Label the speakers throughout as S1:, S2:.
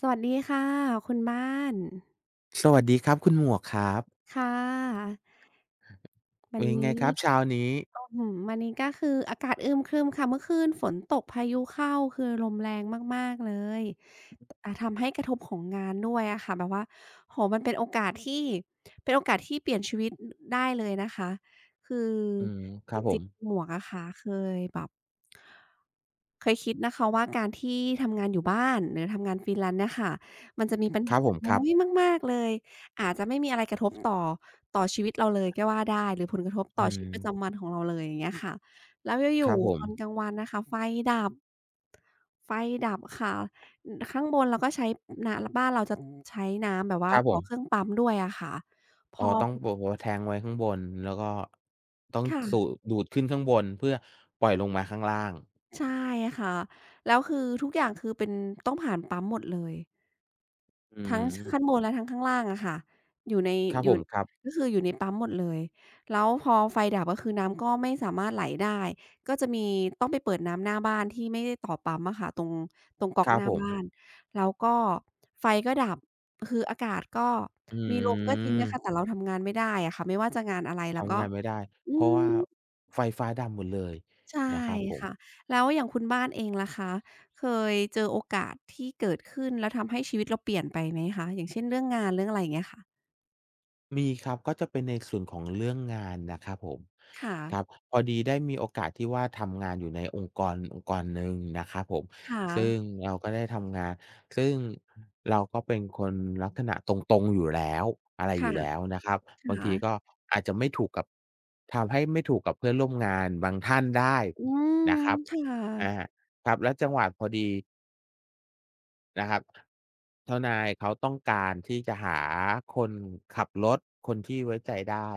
S1: สวัสดีค่ะคุณบ้าน
S2: สวัสดีครับคุณหมวกครับ
S1: ค่ะวั
S2: เป็
S1: น
S2: นยังไงค
S1: นี้
S2: รับเช้านี้
S1: อื้อฮือวันนี้ก็คืออากาศอึมครึมค่ะเมื่อคืนฝนตกพายุเข้าคือลมแรงมากๆเลยทำให้กระทบของงานด้วยอะค่ะแบบว่าโอ้โฮมันเป็นโอกาสที่เป็นโอกาสที่เปลี่ยนชีวิตอได้เลยนะคะคือ
S2: อืมค
S1: จ
S2: รับผ
S1: ริ
S2: ม
S1: งๆหมวกอะค่ะเคยแบบเคยคิดนะคะว่าการที่ทำงานอยู่บ้านหรือทำงาน Freelance เนี่ยค่ะมันจะมีปัญ
S2: ครั
S1: หา
S2: บผมค
S1: น้อ
S2: รับ
S1: ยมากๆเลย อาจจะไม่มีอะไรกระทบต่อต่อชีวิตเราเลยก็ว่าได้หรือผลกระทบ
S2: อื
S1: ต่อชีวิต
S2: ม
S1: ประจำวันของเราเลยอย่างเงี้ยค่ะแล้วอ
S2: ค
S1: ยู่
S2: รับผ
S1: ๆต
S2: ม
S1: อนกลางวันนะคะไฟดับไฟดับค่ะอข้างบนเราก็ใช้นบ้านเราจะใช้น้ำแบบ
S2: ค
S1: ว่า
S2: รับผ
S1: ต่อเครื่อง
S2: ม
S1: ปั๊มด้วยอะค่ะพ
S2: อ๋อ
S1: อ
S2: ต้องโอ้โฮแทงไว้ข้างบนแล้วก็ต้องสู
S1: ค่ะ
S2: ดดูดขึ้นข้างบนเพื่อปล่อยลงมาข้างล่าง
S1: ใช่ค่ะแล้วคือทุกอย่างคือเป็นต้องผ่านปั๊มหมดเลย
S2: อื
S1: ทั้งชข้างบ
S2: ม
S1: นและทั้งข้างล่างอะค่ะอยู่ใน
S2: ครับ
S1: อ
S2: ผ
S1: ยู่
S2: มครับ
S1: ก็คืออยู่ในปั๊มหมดเลยแล้วพอไฟดับก็คือน้ำก็ไม่สามารถไหลได้ ก็จะมีต้องไปเปิดน้ำหน้าบ้านที่ไม่ได้ต่อปั๊มอะค่ะตรงตรงก๊
S2: ค
S1: อก
S2: รั
S1: ห
S2: บ
S1: น้า
S2: ผม
S1: บ้านแล้วก็ไฟก็ดับคืออากาศก็
S2: อื
S1: มีลมก็จริง
S2: ม
S1: นะคะแต่เราทำงานไม่ได้อะค่ะไม่ว่าจะงานอะไรแล้วก็
S2: ทำงานไม่ได้
S1: อื
S2: เพราะ
S1: ม
S2: ว่าไฟฟ้าดับหมดเลย
S1: ใช่
S2: นะครับผม
S1: ค่ะแล้วอย่างคุณบ้านเองล่ะคะเคยเจอโอกาสที่เกิดขึ้นแล้วทำให้ชีวิตเราเปลี่ยนไปไหมคะอย่างเช่นเรื่องงานเรื่องอะไรอย่างเงี้ยค่ะ
S2: มีครับก็จะเป็นในส่วนของเรื่องงานนะครับผม
S1: ค่ะ
S2: ครับพอดีได้มีโอกาสที่ว่าทำงานอยู่ในองค์กรหนึ่งนะครับผม
S1: ค่ะ
S2: ซึ่งเราก็ได้ทำงานซึ่งเราก็เป็นคนลักษณะตรงๆอยู่แล้วอะไรอ
S1: ค่ะ
S2: ยู่แล้วนะครับ
S1: ค
S2: บางทีก็
S1: ่ะ
S2: อาจจะไม่ถูกกับทำให้ไม่ถูกกับเพื่อนร่วมงานบางท่านได้
S1: อืม
S2: นะครับ
S1: ค่
S2: อา
S1: ะ
S2: ครับแล้วจังหวะพอดี นะครับเจ้านายเขาต้องการที่จะหาคนขับรถคนที่ไว้ใจได้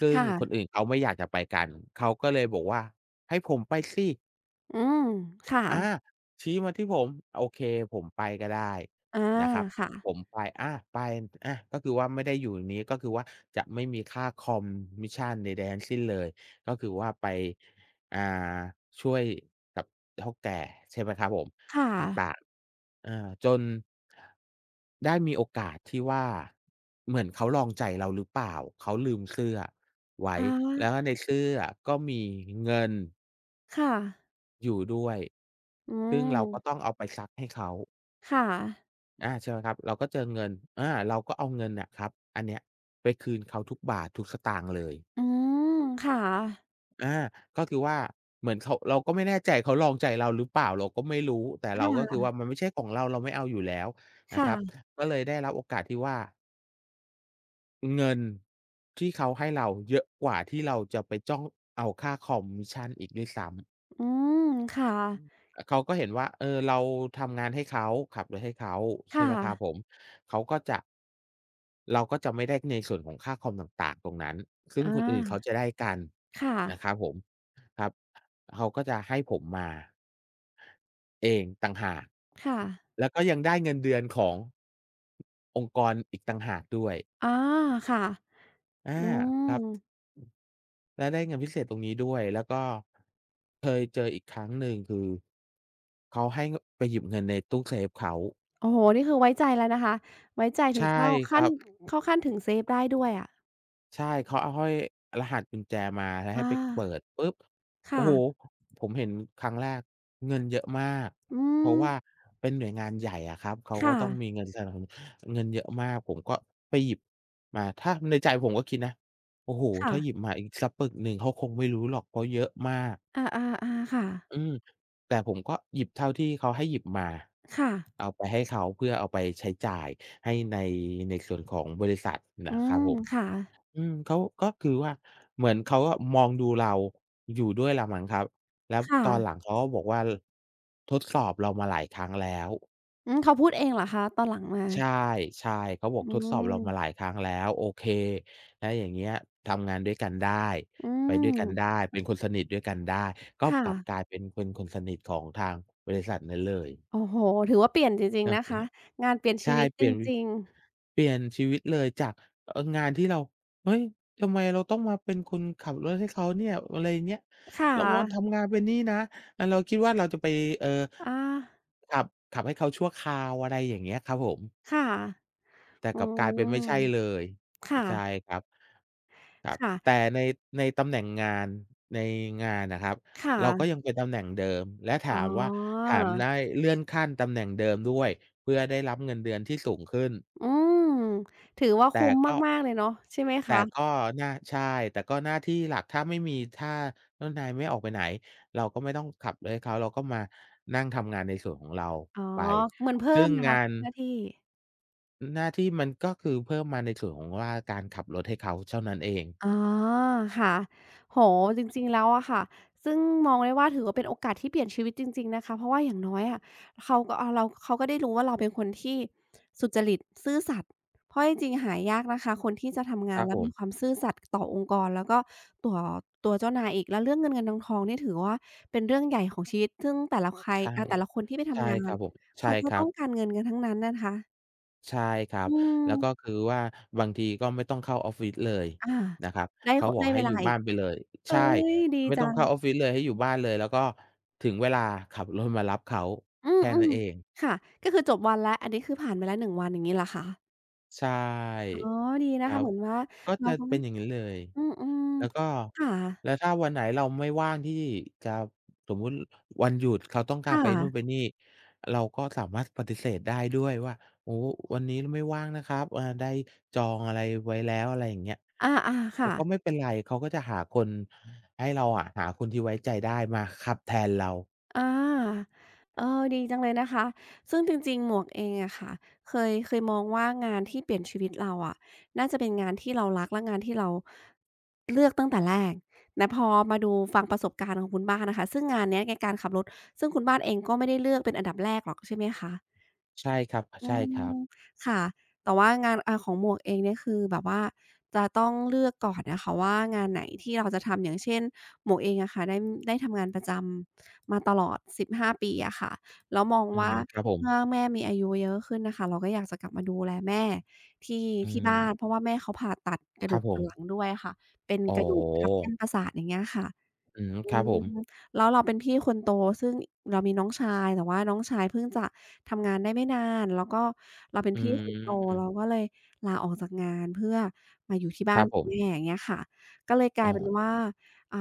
S2: ซึ่งคน
S1: ค่ะ
S2: อื่นเขาไม่อยากจะไปกัน เขาก็เลยบอกว่าให้ผมไปสิ
S1: อืมค่ะ
S2: อาชี้มาที่ผมโอเคผมไปก็ได้
S1: อา
S2: นะครับ
S1: ค่ะ
S2: ผมไปไปก็คือว่าไม่ได้อยู่นี้ก็คือว่าจะไม่มีค่าคอมมิชชันใดๆทั้งสิ้นเลยก็คือว่าไปอ่าช่วยกับเฒ่าแก่ใช่ไหมครับผม
S1: ค่ะ
S2: ต่างๆอาจนได้มีโอกาสที่ว่าเหมือนเขาลองใจเราหรือเปล่าเขาลืมเสื้อไว้
S1: อา
S2: แล้วในเสื้อก็มีเงิน
S1: ค่ะ
S2: อยู่ด้วย
S1: อื
S2: ซึ่งเราก็ต้อ
S1: ม
S2: งเอาไปซักให้เขา
S1: ค่ะ
S2: ใช่ไหมครับเราก็เจอเงินเราก็เอาเงินน่ะครับอันเนี้ยไปคืนเขาทุกบาททุกสตางค์เลย
S1: อืมค่ะ
S2: อาก็คือว่าเหมือนเขาเราก็ไม่แน่ใจเขาลองใจเราหรือเปล่าเราก็ไม่รู้แต่เรา
S1: ค่
S2: ก็คื
S1: ะ
S2: อว่ามันไม่ใช่ของเราเราไม่เอาอยู่แล้วนะครับ
S1: ค่ะ
S2: ก็เลยได้รับโอกาสที่ว่าเงินที่เขาให้เราเยอะกว่าที่เราจะไปจ้องเอาค่าคอมมิชชันอีกด้วยซ้ำ
S1: อืมค่ะ
S2: อเขาก็เห็นว่าเราทำงานให้เขาขับรถให้เขาใช่
S1: ค่ะ
S2: ไหมครับผมเขาก็จะเราก็จะไม่ได้ในส่วนของค่าคอมต่างๆตรงนั้นซึ่
S1: อ
S2: งคนอื่นเขา
S1: า
S2: จะได้กัน
S1: ค่ะ
S2: นะครับผมครับเขาก็จะให้ผมมาเองต่างหาก
S1: ค่ะ
S2: แล้วก็ยังได้เงินเดือนขององค์กรอีกต่างหากด้วย
S1: อาค่ะ
S2: อา
S1: อื
S2: ครั
S1: ม
S2: บ และได้เงินพิเศษตรงนี้ด้วยแล้วก็เคยเจออีกครั้งหนึ่งคือเขาให้งไปหยิบเงินในตู้เซฟเขา
S1: โอ้โฮนี่คือไว้ใจแล้วนะคะไว้ใจถึง
S2: ใช่
S1: เข้า
S2: ค
S1: ขั้น
S2: รับ
S1: เข้าขั้นถึงเซฟได้ด้วยอะ
S2: ใช่เขาเอาห้อยรหัสกุญแจมาแล้วให้
S1: อา
S2: ไปเปิดปุ๊บ
S1: ค
S2: โอ้โฮ
S1: ่ะ
S2: ผมเห็นครั้งแรกเงินเยอะมาก
S1: อื
S2: เพราะ
S1: ม
S2: ว่าเป็นหน่วยงานใหญ่อะครับเขาก็
S1: ค่ะ
S2: ต้องมีเงินสนับสนุนเงินเยอะมากผมก็ไปหยิบมาถ้าในใจผมก็คิดนะโอ้โฮ
S1: ค่ะ
S2: ถ้าหยิบมาอีกสักปึกหนึ่งเขาคงไม่รู้หรอกเพราะเยอะมาก
S1: อาๆๆค่ะ
S2: อืมแต่ผมก็หยิบเท่าที่เขาให้หยิบมา
S1: ค่ะ
S2: เอาไปให้เขาเพื่อเอาไปใช้จ่ายให้ในส่วนของบริษัท
S1: อื
S2: นะครับ
S1: ม
S2: ผม
S1: ค่ะ
S2: อืมเขาก็คือว่าเหมือนเขาอะมองดูเราอยู่ด้วยแหละมั้งครับแล้ว
S1: ค่ะ
S2: ตอนหลังเขาก็บอกว่าทดสอบเรามาหลายครั้งแล้ว
S1: อืมเขาพูดเองเหรอคะตอนหลังมา
S2: ใช่ใช่เขาบอก
S1: อื
S2: ทดสอบเรามาหลาย
S1: ม
S2: ครั้งแล้วโอเคถ้าอย่างเงี้ยทำงานด้วยกันได้
S1: อื
S2: ไปด้ว
S1: ม
S2: ยกันได้เป็นคนสนิทด้วยกันได้ก็
S1: ค่ะ
S2: กลับกลายเป็นคนสนิทของทางบริษัทนั้นเลย
S1: โอ้โฮถือว่าเปลี่ยนจริงๆ
S2: เนาะ
S1: นะ
S2: นะค
S1: คะ
S2: รับ
S1: งานเปลี่ยน
S2: ใช่
S1: ชีวิต
S2: เป
S1: จ
S2: ลี่ยน
S1: ริง
S2: เปลี่ยนชีวิตเลยจากงานที่เราเฮ้ยทำไมเราต้องมาเป็นคนขับรถให้เขาเนี่ยอะไรเงี้ย
S1: ๆค่ะ
S2: เรามาทำงานเป็นนี่นะเราคิดว่าเราจะไปเอ่อ
S1: อา
S2: ขับขับให้เขาชั่วคราวอะไรอย่างเงี้ยครับผม
S1: ค่ะ
S2: แต่
S1: อื
S2: กลับกลายเป็น
S1: ม
S2: ไม่ใช่เลย
S1: ค
S2: ใช่
S1: ่ะ
S2: ครับครับแต่
S1: ค่ะ
S2: ในตำแหน่งงานในงานน่ะครับ
S1: ค่ะ
S2: เราก็ยังเป็นตำแหน่งเดิมและถา
S1: อ๋อ
S2: มว่าถามได้เลื่อนขั้นตำแหน่งเดิมด้วยเพื่อได้รับเงินเดือนที่สูงขึ้น
S1: อืมถือว่า
S2: แต่
S1: คุ้ม
S2: ก็
S1: มากๆเลยเนาะใช่ไหม
S2: แต่
S1: คะ
S2: ก็หน้าใช่แต่ก็หน้าที่หลักถ้าไม่มีถ้าเจ้านายไม่ออกไปไหนเราก็ไม่ต้องขับรถให้เขาเราก็มานั่งทำงานในส่วนของเรา
S1: อ๋อ
S2: ไป
S1: เหมือนเพิ่
S2: ซึ่
S1: ม
S2: ง
S1: นะ
S2: งา
S1: คะ
S2: น
S1: ทุกหน้าที่
S2: หน้าที่มันก็คือเพิ่มมาในส่วนของว่าการขับรถให้เขาเท่านั้นเอง
S1: อ๋อค่ะโอ้โฮจริงๆแล้วอะค่ะซึ่งมองได้ว่าถือว่าเป็นโอกาสที่เปลี่ยนชีวิตจริงๆนะคะเพราะว่าอย่างน้อยอะเขาก็เราเขาก็ได้รู้ว่าเราเป็นคนที่สุจริตซื่อสัตย์เพราะจริงๆหายากนะคะคนที่จะทำ
S2: ค
S1: งาน
S2: รับ
S1: แล้
S2: ผ
S1: วมีควา
S2: ม
S1: มซื่อสัตย์ต่อองค์กรแล้วก็ต่วตัวเจ้านายอีกแล้วเรื่องเงินเงินทองทองนี่ถือว่าเป็นเรื่องใหญ่ของชีวิตซึ่งแต่ละใคร
S2: ใช่
S1: แต่ละคนที่ไป
S2: ใช่
S1: ทำงา
S2: ค
S1: น
S2: รับผมใช่
S1: เขาก็
S2: ครั
S1: ต้อ
S2: บ
S1: งการเงินกันทั้งนั้นนะคะ
S2: ใช่ครับ
S1: อื
S2: แล้วก็
S1: ม
S2: คือว่าบางทีก็ไม่ต้องเข้าออฟฟิศเลย
S1: อา
S2: นะครับ
S1: ได้
S2: เขา
S1: ค
S2: บอก
S1: ได้
S2: ให้
S1: เว
S2: อ
S1: ลา
S2: ยู่
S1: อี
S2: บ้า
S1: ก
S2: นไปเลย
S1: เอ๊
S2: ใช่
S1: ยดี
S2: ไม่
S1: จั
S2: ต้อง
S1: ง
S2: เข้าออฟฟิศเลยให้อยู่บ้านเลยแล้วก็ถึงเวลาขับรถมารับเขา
S1: อื
S2: แค่นั้น
S1: ม
S2: เอง
S1: ๆค่ะก็คือจบวันแล้วอันนี้คือผ่านไปแล้วหนึ่งวันอย่างงี้เหรอคะ
S2: ใช่
S1: อ๋อดี
S2: ค
S1: นะ
S2: รั
S1: คะ
S2: บ
S1: เหมือนว่า
S2: ก็
S1: เรา
S2: จะ
S1: ก็
S2: เป็
S1: ไม่
S2: นอย่างงี้เลย
S1: อืม
S2: แล้วก็
S1: ๆค่ะ
S2: แล้วถ้าวันไหนเราไม่ว่างที่จะสมมุติวันหยุดเขาต้องการ
S1: ค่ะ
S2: ไปนู่นไปนี่เราก็สามารถปฏิเสธได้ด้วยว่าโอ้วันนี้ไม่ว่างนะครับได้จองอะไรไว้แล้วอะไรอย่างเงี้ย
S1: อาๆ
S2: เขา
S1: ค่ะ
S2: ก็ไม่เป็นไรเขาก็จะหาคนให้เราอะหาคนที่ไว้ใจได้มาขับแทนเรา
S1: อาเออดีจังเลยนะคะซึ่งจริงๆหมวกเองอะค่ะเคยเคยมองว่างานที่เปลี่ยนชีวิตเราอะน่าจะเป็นงานที่เรารักและงานที่เราเลือกตั้งแต่แรกแต่พอมาดูฟังประสบการณ์ของคุณบ้านนะคะซึ่งงานเนี้ยในการขับรถซึ่งคุณบ้านเองก็ไม่ได้เลือกเป็นอันดับแรกหรอกใช่ไหมคะ
S2: ใช่ครับ
S1: อื
S2: ใช่ค
S1: ม
S2: รับ
S1: ค่ะแต่ว่างานของหมวกเองเนี่ยคือแบบว่าจะต้องเลือกก่อนนะคะว่างานไหนที่เราจะทำอย่างเช่นหมวกเองอะค่ะได้ได้ทำงานประจำมาตลอด15ปีอะค่ะแล้วมอง
S2: อืม
S1: ว่า
S2: ครับผม
S1: เมื่อแม่มีอายุเยอะขึ้นน่ะค่ะเราก็อยากจะกลับมาดูแลแม่ที่
S2: อื
S1: ที่บ้าน
S2: ม
S1: เพราะว่าแม่เขาผ่าตัดกระ
S2: ครั
S1: ดู
S2: บ
S1: ก
S2: ผ
S1: สั
S2: ม
S1: นหลังด้วยอะค่ะเป็น
S2: อ๋
S1: ก
S2: อ
S1: ระดูกทับเส้นประสาทอย่างเงี้ยค่ะ
S2: อืม
S1: อื
S2: ครับผ
S1: ม
S2: ม
S1: แล้วเราเป็นพี่คนโตซึ่งเรามีน้องชายแต่ว่าน้องชายเพิ่งจะทำงานได้ไม่นานแล้วก็เราเป็น
S2: อื
S1: พี่คนโต
S2: ม
S1: เราก็เลยลาออกจากงานเพื่อมาอยู่ที่
S2: ค
S1: บ้า
S2: รั
S1: น
S2: บผ
S1: กับแม่
S2: ม
S1: อย่างเงี้ยค่ะก็เลยกลา
S2: อ๋อ
S1: ยเป็นว่าอ่า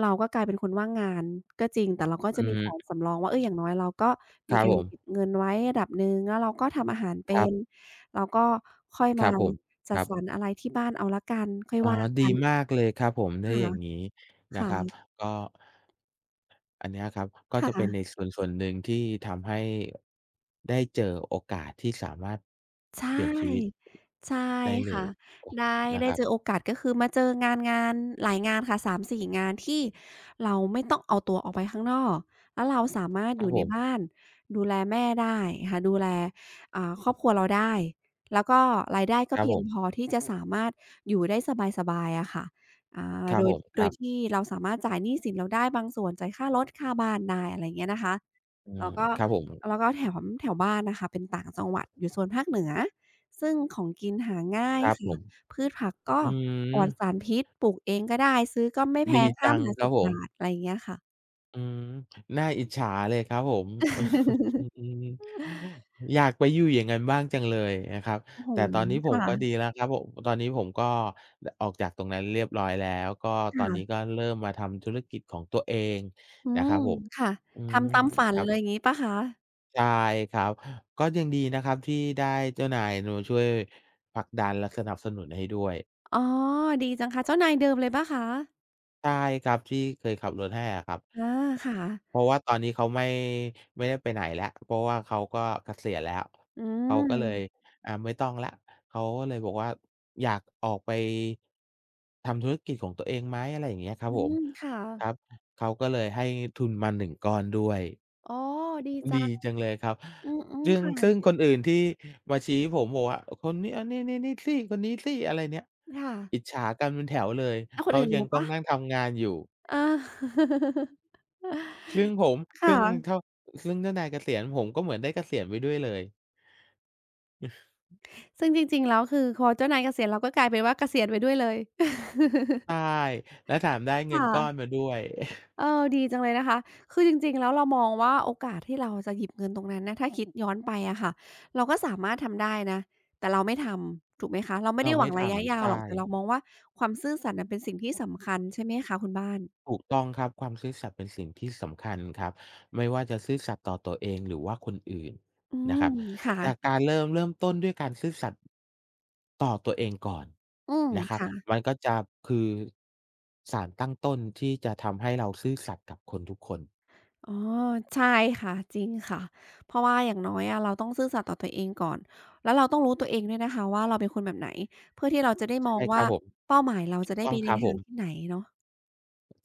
S1: เราก็กลายเป็นคนว่างงานก็จริงแต่เราก็จะ
S2: อื
S1: มีแผน
S2: ม
S1: สำรองว่าเอออย่างน้อยเราก็
S2: ค
S1: มี
S2: รับ
S1: กา
S2: ผ
S1: ร
S2: ม
S1: เก็บเงินไว้ระดับหนึ่งแล้วเราก็ทำอาหาร
S2: ค
S1: เป็
S2: รั
S1: น
S2: บ
S1: เราก็ค่อย
S2: ค
S1: มา
S2: รับผมค
S1: จัด
S2: รับ
S1: สรรอะไรที่บ้านเอาแล้วกันค่อย
S2: อ๋อ
S1: ว่า
S2: ดี
S1: กัน
S2: มากเลยครับผมถ้า
S1: ค่ะ
S2: อย่างงี้
S1: ค
S2: นะครับ
S1: ่ะ
S2: ก็อันเนี้ยครับก็
S1: ค่ะ
S2: จะเป็นในส่วนหนึ่งที่ทำให้ได้เจอโอกาสที่สามารถ
S1: ใช
S2: เปลี่ยนชีวิต
S1: ่ใช่
S2: ได้เล
S1: ค่ะ
S2: ยโอ้
S1: ได้
S2: นะ
S1: ได้
S2: ครับ
S1: เจอโอกาสก็คือมาเจองานหลายงานค่ะ3-4งานที่เราไม่ต้องเอาตัวออกไปข้างนอกแล้วเราสามารถ
S2: ค
S1: อ
S2: รับ
S1: ยู่
S2: ผ
S1: ใน
S2: ม
S1: บ้านดูแลแม่ได้ค่ะดูแลครอบครัวเราได้แล้วก็รายได้
S2: ค
S1: ก็
S2: รับ
S1: เพี
S2: ผ
S1: ยงพ
S2: ม
S1: อที่จะสามารถอยู่ได้สบายๆอะค่ะอ่า
S2: ครับ
S1: โด
S2: ผ
S1: ย
S2: มค
S1: โด
S2: รั
S1: ย
S2: บ
S1: ที่เราสามารถจ่ายหนี้สินเราได้บางส่วนจ่ายค่ารถค่าบ้านได้อะไรอย่างเงี้ยนะคะ
S2: อื
S1: เรา
S2: ม
S1: ก็
S2: ครับผม
S1: แล้วก็แถวแถวบ้านน่ะค่ะเป็นต่างจังหวัดอยู่โซนภาคเหนือซึ่งของกินหาง่า
S2: ค
S1: ย
S2: รับผ
S1: ค่ะ
S2: ม
S1: พืชผักก็
S2: อื
S1: ปลอดสา
S2: ม
S1: รพิษปลูกเองก็ได้ซื้อก็ไม่แพ
S2: ดี
S1: ง5
S2: จัง
S1: บาท
S2: ครับ
S1: 10บ
S2: ผ
S1: บาท
S2: ม
S1: อะไรอย่างเงี้ยค่ะ
S2: อืมน่าอิจฉาเลยครับผม อืมอยากไปอยู่อย่างนั้นบ้างจังเลยนะครับ
S1: โอ้โฮ
S2: แต่ตอนนี้ผมก็ดี
S1: ค่ะ
S2: แล้วครับผมตอนนี้ผมก็ออกจากตรงนั้นเรียบร้อยแล้วก็ตอนนี้ก็
S1: ค่ะ
S2: เริ่มมาทำธุรกิจของตัวเอง
S1: อื
S2: นะครั
S1: ม
S2: บผม
S1: ค่ะ
S2: อืม
S1: ทำตามฝั
S2: ค
S1: น
S2: รั
S1: เลยอ
S2: บ
S1: ย่างงี้เปล่าคะ
S2: ใช่ครับก็ยังดีนะครับที่ได้เจ้านายช่วยผลักดันและสนับสนุนให้ด้วย
S1: อ๋อดีจังค่ะเจ้านายเดิมเลยเปล่าคะ
S2: ใช่ครับที่เคยขับรถให้อะครับ
S1: อาค่ะ
S2: เพราะว่าตอนนี้เขาไม่ได้ไปไหนแล้วเพราะว่าเขาก็เกษียณแล้ว
S1: อื
S2: เขา
S1: ม
S2: ก็เลยไม่ต้องแล้วเขาก็เลยบอกว่าอยากออกไปทำธุรกิจของตัวเองไหมอะไรอย่างเงี้ยครับ
S1: อื
S2: ผม
S1: มค่ะ
S2: ครับเขาก็เลยให้ทุนมาหนึ่งก้อนด้วย
S1: อ๋อดีจั
S2: ดี
S1: ง
S2: จังเลยครับ
S1: อืมๆ
S2: ซึ่
S1: ค่ะ
S2: งคนอื่นที่มาชี้ผมบอกว่าคนนี้นี่ๆนี่สิคนนี้สิอะไรเนี่ย
S1: ค่ะ
S2: อิจฉากันเป็นแถวเลย
S1: แล้วคน
S2: เขา
S1: อื่น
S2: ยัง
S1: รู้เป
S2: ต้อ
S1: ล่า
S2: งนั่งทำงานอยู่
S1: เอา
S2: ซึ่งผม
S1: ค
S2: ซึ่ง
S1: ่ะ
S2: เท่าซึ่งเจ้านายเกษียณผมก็เหมือนได้เกษียณไปด้วยเลย
S1: ซึ่งจริงๆแล้วคือพอเจ้านายเกษียณเราก็กลายเป็นว่าเกษียณไปด้วยเลย
S2: ใช่และแถมได้เงิน
S1: ค่ะ
S2: ก้อน มาด้วย
S1: เออดีจังเลยนะคะคือจริงๆแล้วเรามองว่าโอกาสที่เราจะหยิบเงินตรงนั้นนะถ้าคิดย้อนไปอะค่ะเราก็สามารถทำได้นะแต่เราไม่ทำ ถูกไหมคะ เราไม่
S2: เรา
S1: ได้หวั
S2: ไม่
S1: งระยะ
S2: ทำ
S1: ยาวหรอ
S2: ใช่
S1: กแต่เรามองว่าความซื่อสัตย์น่ะเป็นสิ่งที่สำคัญใช่ไหมคะคุณบ้าน
S2: ถูกต้องครับความซื่อสัตย์เป็นสิ่งที่สำคัญครับไม่ว่าจะซื่อสัตย์ต่อตัวเองหรือว่าคนอื่น
S1: อื
S2: นะค
S1: ม
S2: รับ
S1: ค่ะ
S2: กการเริ่มเริ่มต้นด้วยการซื่อสัตย์ต่อตัวเองก่อน
S1: อืม
S2: นะครับ
S1: ค่ะ
S2: มันก็จะคือสารตั้งต้นที่จะทำให้เราซื่อสัตย์กับคนทุกคน
S1: อ๋อใช่ค่ะจริงค่ะเพราะว่าอย่างน้อยอะเราต้องซื่อสัตย์ต่อตัวเองก่อนแล้วเราต้องรู้ตัวเองด้วยนะคะว่าเราเป็นคนแบบไหนเพื่อที่เราจะได้ม
S2: ใช่
S1: อง
S2: ค
S1: ว่า
S2: รับผม
S1: เป้าหมายเรา
S2: ถู
S1: จะ
S2: ก
S1: ได้
S2: ต้อ
S1: ไป
S2: งค
S1: ใน
S2: รับผ
S1: ทาง
S2: ม
S1: ที่ไหนเนาะ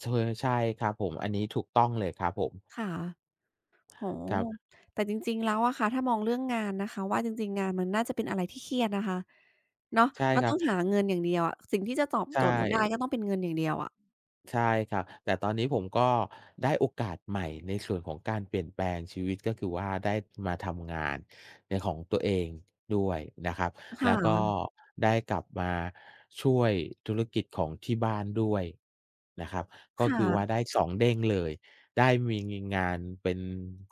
S2: เชอใช่ครับผมอันนี้ถูกต้องเลยครับผม
S1: ค่ะโอ้โฮ
S2: ครับ
S1: แต่จริงๆแล้วอะค่ะถ้ามองเรื่องงานนะคะว่าจริงๆงานมันน่าจะเป็นอะไรที่เครียดนะคะเนาะ
S2: ใช่
S1: เรา
S2: ครั
S1: ต้อ
S2: บ
S1: งหาเงินอย่างเดียวอะสิ่งที่จะตอบ
S2: ใช่
S1: โจทย์เราได้ก็ต้องเป็นเงินอย่างเดียวอะ
S2: ใช่ครับแต่ตอนนี้ผมก็ได้โอกาสใหม่ในส่วนของการเปลี่ยนแปลงชีวิตก็คือว่าได้มาทำงานในของตัวเองด้วยนะครับแล้วก็
S1: ค่ะ
S2: ได้กลับมาช่วยธุรกิจของที่บ้านด้วยนะครับ
S1: ค
S2: ก็คือว่า
S1: ่ะ
S2: ได้สองเด้งเลยได้มีงานเป็น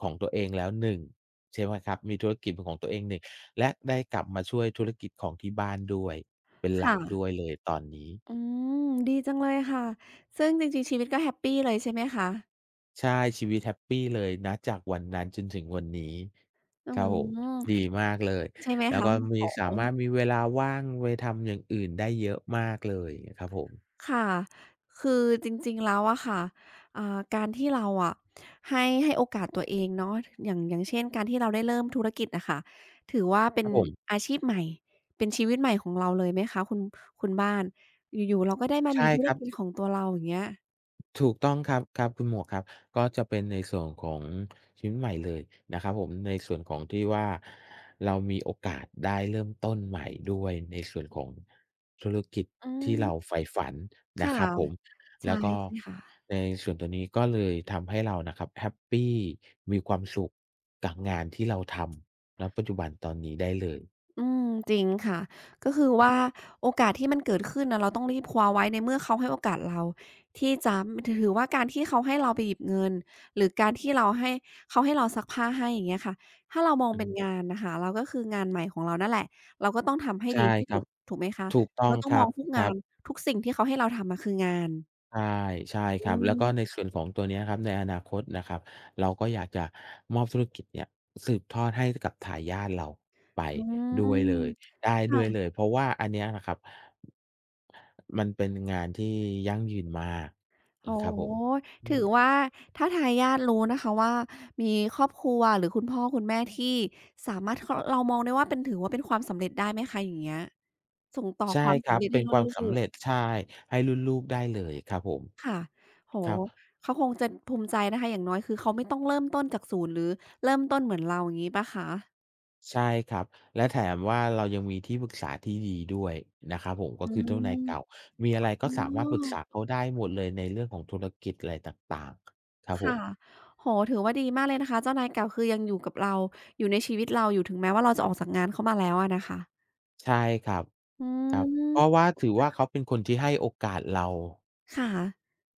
S2: ของตัวเองแล้วหนึงใช่ไหมครับมีธุรกิจเป็นของตัวเองหนงและได้กลับมาช่วยธุรกิจของที่บ้านด้วยเป็นหลัก
S1: ค่ะ
S2: ด้วยเลยตอนนี้
S1: อืมดีจังเลยค่ะซึ่งจริงๆชีวิตก็แฮปปีเลยใช่ไหมคะ
S2: ใช่ชีวิตแฮปปีเลยณจากวันนั้นจนถึงวันนี้
S1: อื
S2: ครับผมดี
S1: ม
S2: มากเลย
S1: ใช่ไหม
S2: แล้ว
S1: คะ
S2: ก็มี
S1: โอ๋
S2: สามารถมีเวลาว่างไปทำอย่างอื่นได้เยอะมากเลยครับผม
S1: ค่ะ คือจริงๆ แล้วอะค่ะอ่าการที่เราอะให้โอกาสตัวเองเนาะอย่างเช่นการที่เราได้เริ่มธุรกิจอะค่ะถือว่าเป็
S2: ครั
S1: น
S2: บผม
S1: อาชีพใหม่ เป็นชีวิตใหม่ของเราเลยไหมคะคุณบ้าน อยู่ๆเราก็ได้มา
S2: ใช่
S1: มีธุ
S2: ค
S1: ร
S2: รั
S1: กิจ
S2: บ
S1: ของตัวเราอย่างเงี้ย
S2: ถูกต้องครับครับคุณหมวกครับก็จะเป็นในส่วนของชีวิตใหม่เลยนะครับผมในส่วนของที่ว่าเรามีโอกาสได้เริ่มต้นใหม่ด้วยในส่วนของธุรกิจ
S1: อื
S2: ที่เรา
S1: ม
S2: ใฝ่ฝันนะ
S1: ค่ะ
S2: ครับผม
S1: ใช่
S2: แล้วก็
S1: ใช่ค่ะ
S2: ในส่วนตัวนี้ก็เลยทำให้เรานะครับแฮปปีมีความสุขกับงานที่เราทำณปัจจุบันตอนนี้ได้เลย
S1: อืมจริงค่ะก็คือว่าโอกาสที่มันเกิดขึ้นน่ะเราต้องรีบคว้าไว้ในเมื่อเขาให้โอกาสเราที่จะถือว่าการที่เขาให้เราไปหยิบเงินหรือการที่เราให้เขาให้เราซักผ้าให้อย่างเงี้ยค่ะถ้าเรามอง
S2: อื
S1: เป็น
S2: ม
S1: งานน่ะค่ะเราก็คืองานใหม่ของเรานั่นแหละเราก็ต้องทำให้
S2: ใช่
S1: ดีที่
S2: ครั
S1: สุ
S2: บ
S1: ดถูกไหมคะ
S2: ถูกต้อง
S1: เราต้
S2: ค
S1: อง
S2: รั
S1: มอ
S2: บ
S1: งทุก
S2: ค
S1: งา
S2: รั
S1: น
S2: บ
S1: ทุกสิ่งที่เขาให้เราทำอะคืองาน
S2: ใช่ใช่ครั
S1: อื
S2: บแล้ว
S1: ม
S2: ก็ในส่วนของตัวเนี้ยครับในอนาคตนะครับเราก็อยากจะมอบธุรกิจเนี่ยสืบทอดให้กับทายาทเราไป
S1: อื
S2: ด้วยเล
S1: ม
S2: ยได้ด้วยเล
S1: ค่ะ
S2: ยเพราะว่าอันเนี้ยนะครับมันเป็นงานที่ยั่งยืนมาก
S1: โอ้
S2: นะครับผ
S1: โฮ
S2: มอื
S1: ถือ
S2: ม
S1: ว่าถ้าทายาทรู้นะคะว่ามีครอบครัวหรือคุณพ่อคุณแม่ที่สามารถคเรามองได้ว่าเป็นถือว่าเป็นความสำเร็จได้ไหมคะอย่างเงี้ยส่งต่อค
S2: ใช่
S1: วาม
S2: ค
S1: สำ
S2: รับ
S1: เร็จ
S2: เป็
S1: ให้
S2: นค
S1: รุ่น
S2: วาม
S1: ลู
S2: สำ
S1: ก
S2: เร็จใช่ให้รุ่นลูกได้เลยครับผม
S1: ค่ะโอ้
S2: ครั
S1: โฮ
S2: บ
S1: เขาคงจะภูมิใจนะคะอย่างน้อยคือเขาไม่ต้องเริ่มต้นจากศูนย์หรือเริ่มต้นเหมือนเราอย่างงี้เปล่าคะ
S2: ใช่ครับและแถมว่าเรายังมีที่ปรึกษาที่ดีด้วยนะครับผมก็
S1: อื
S2: คือเจ้านาย
S1: ม
S2: เก่ามีอะไรก็
S1: อ๋
S2: สามารถปรึกษา
S1: อ
S2: เขาได้หมดเลยในเรื่องของธุรกิจอะไรต่างๆครับผม
S1: ค่ะโอ้โฮถือว่าดีมากเลยนะคะเจ้านายเก่าคือยังอยู่กับเราอยู่ในชีวิตเราอยู่ถึงแม้ว่าเราจะออกจากงานเขามาแล้วอะนะคะ
S2: ใช่ครับ
S1: อื
S2: ครับเพราะ
S1: ม
S2: ว่าถือว่าเขาเป็นคนที่ให้โอกาสเรา
S1: ค่ะ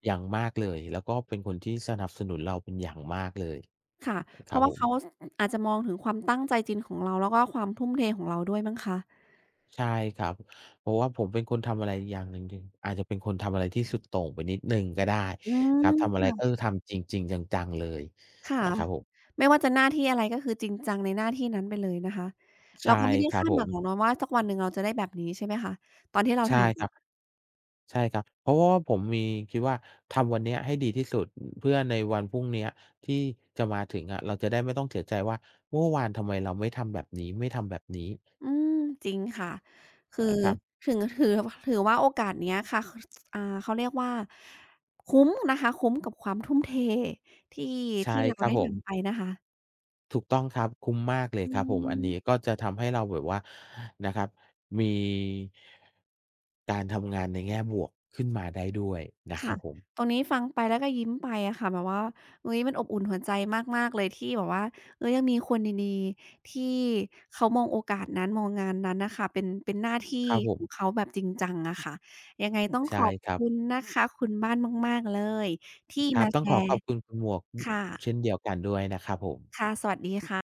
S2: อย่างมากเลยแล้วก็เป็นคนที่สนับสนุนเราเป็นอย่างมากเลย
S1: ค่ะ
S2: ค
S1: เพ
S2: รับ
S1: ราะ
S2: ผ
S1: ว่า
S2: ม
S1: เขาออาจจะมองถึงความตั้งใจจริงของเราแล้วก็ความทุ่มเทของเราด้วยมั้งคะ
S2: ใช่ครับเพราะว่าผมเป็นคนทำอะไรอย่างหนึ่งหนึงอาจจะเป็นคนทำอะไรที่สุดโต่งไปนิดหนึ่งก็ได้
S1: อื
S2: ครั
S1: ม
S2: บทำอะไรก็
S1: ค่ะ
S2: คือทำจริงๆจังๆเลย
S1: ค่ะ
S2: นะครับผม
S1: ไม่ว่าจะหน้าที่อะไรก็คือจริงจังในหน้าที่นั้นไปเลยนะคะเรา
S2: ใช่
S1: ก็ไม่ได้
S2: ครับ
S1: คาด
S2: ผ
S1: หวั
S2: ม
S1: งหรอกเนาะว่าสักวันหนึ่งเราจะได้แบบนี้ใช่ไหมคะตอนที่เรา
S2: ใช่ค
S1: ทำ
S2: รั
S1: อะ
S2: บใช่ครับเพราะว่าผมมีคิดว่าทำวันเนี้ยให้ดีที่สุดเพื่อในวันพรุ่งเนี้ยที่จะมาถึงอะเราจะได้ไม่ต้องเสียใจว่าเมื่อวานทำไมเราไม่ทำแบบนี้ไม่ทำแบบนี้
S1: อืมจริงค่ะคือ
S2: ครับ
S1: ถึงถือถือว่าโอกาสเนี้ยค่ะคเขาเรียกว่าคุ้มนะคะคุ้มกับความทุ่มเทที่
S2: ใช่
S1: ที่เรา
S2: ครับ
S1: ได้
S2: ผม
S1: ทำไปนะคะ
S2: ถูกต้องครับคุ้มมากเลย
S1: อื
S2: ครับผมอันนี้
S1: ม
S2: ก็จะทำให้เราแบบว่านะครับมีการทำงานในแง่บวกขึ้นมาได้ด้วยนะครั
S1: ค่ะ
S2: บผม
S1: ตรงนี้ฟังไปแล้วก็ยิ้มไปอะค่ะแบบว่าเฮ้ยมันอบอุ่นหัวใจมากๆเลยที่แบบว่าเฮ้ยยังมีคนดีๆที่เขามองโอกาสนั้นมองงานนั้นน่ะค่ะเป็นหน้าที่
S2: ครับผ
S1: ข
S2: ม
S1: องเขาแบบจริงจังอะค่ะยังไงต้องข
S2: ใช่
S1: อบ
S2: ครั
S1: คุณ
S2: บ
S1: นะคะคุณบ้านมากๆเลยที่
S2: ครับ
S1: มา
S2: ต้อ
S1: แช
S2: งขอ
S1: ร์
S2: บคุณคุณหมวก
S1: ค
S2: เช่น
S1: ่ะ
S2: เดียวกันด้วยนะครับผม
S1: ค่ะสวัสดีค่ะ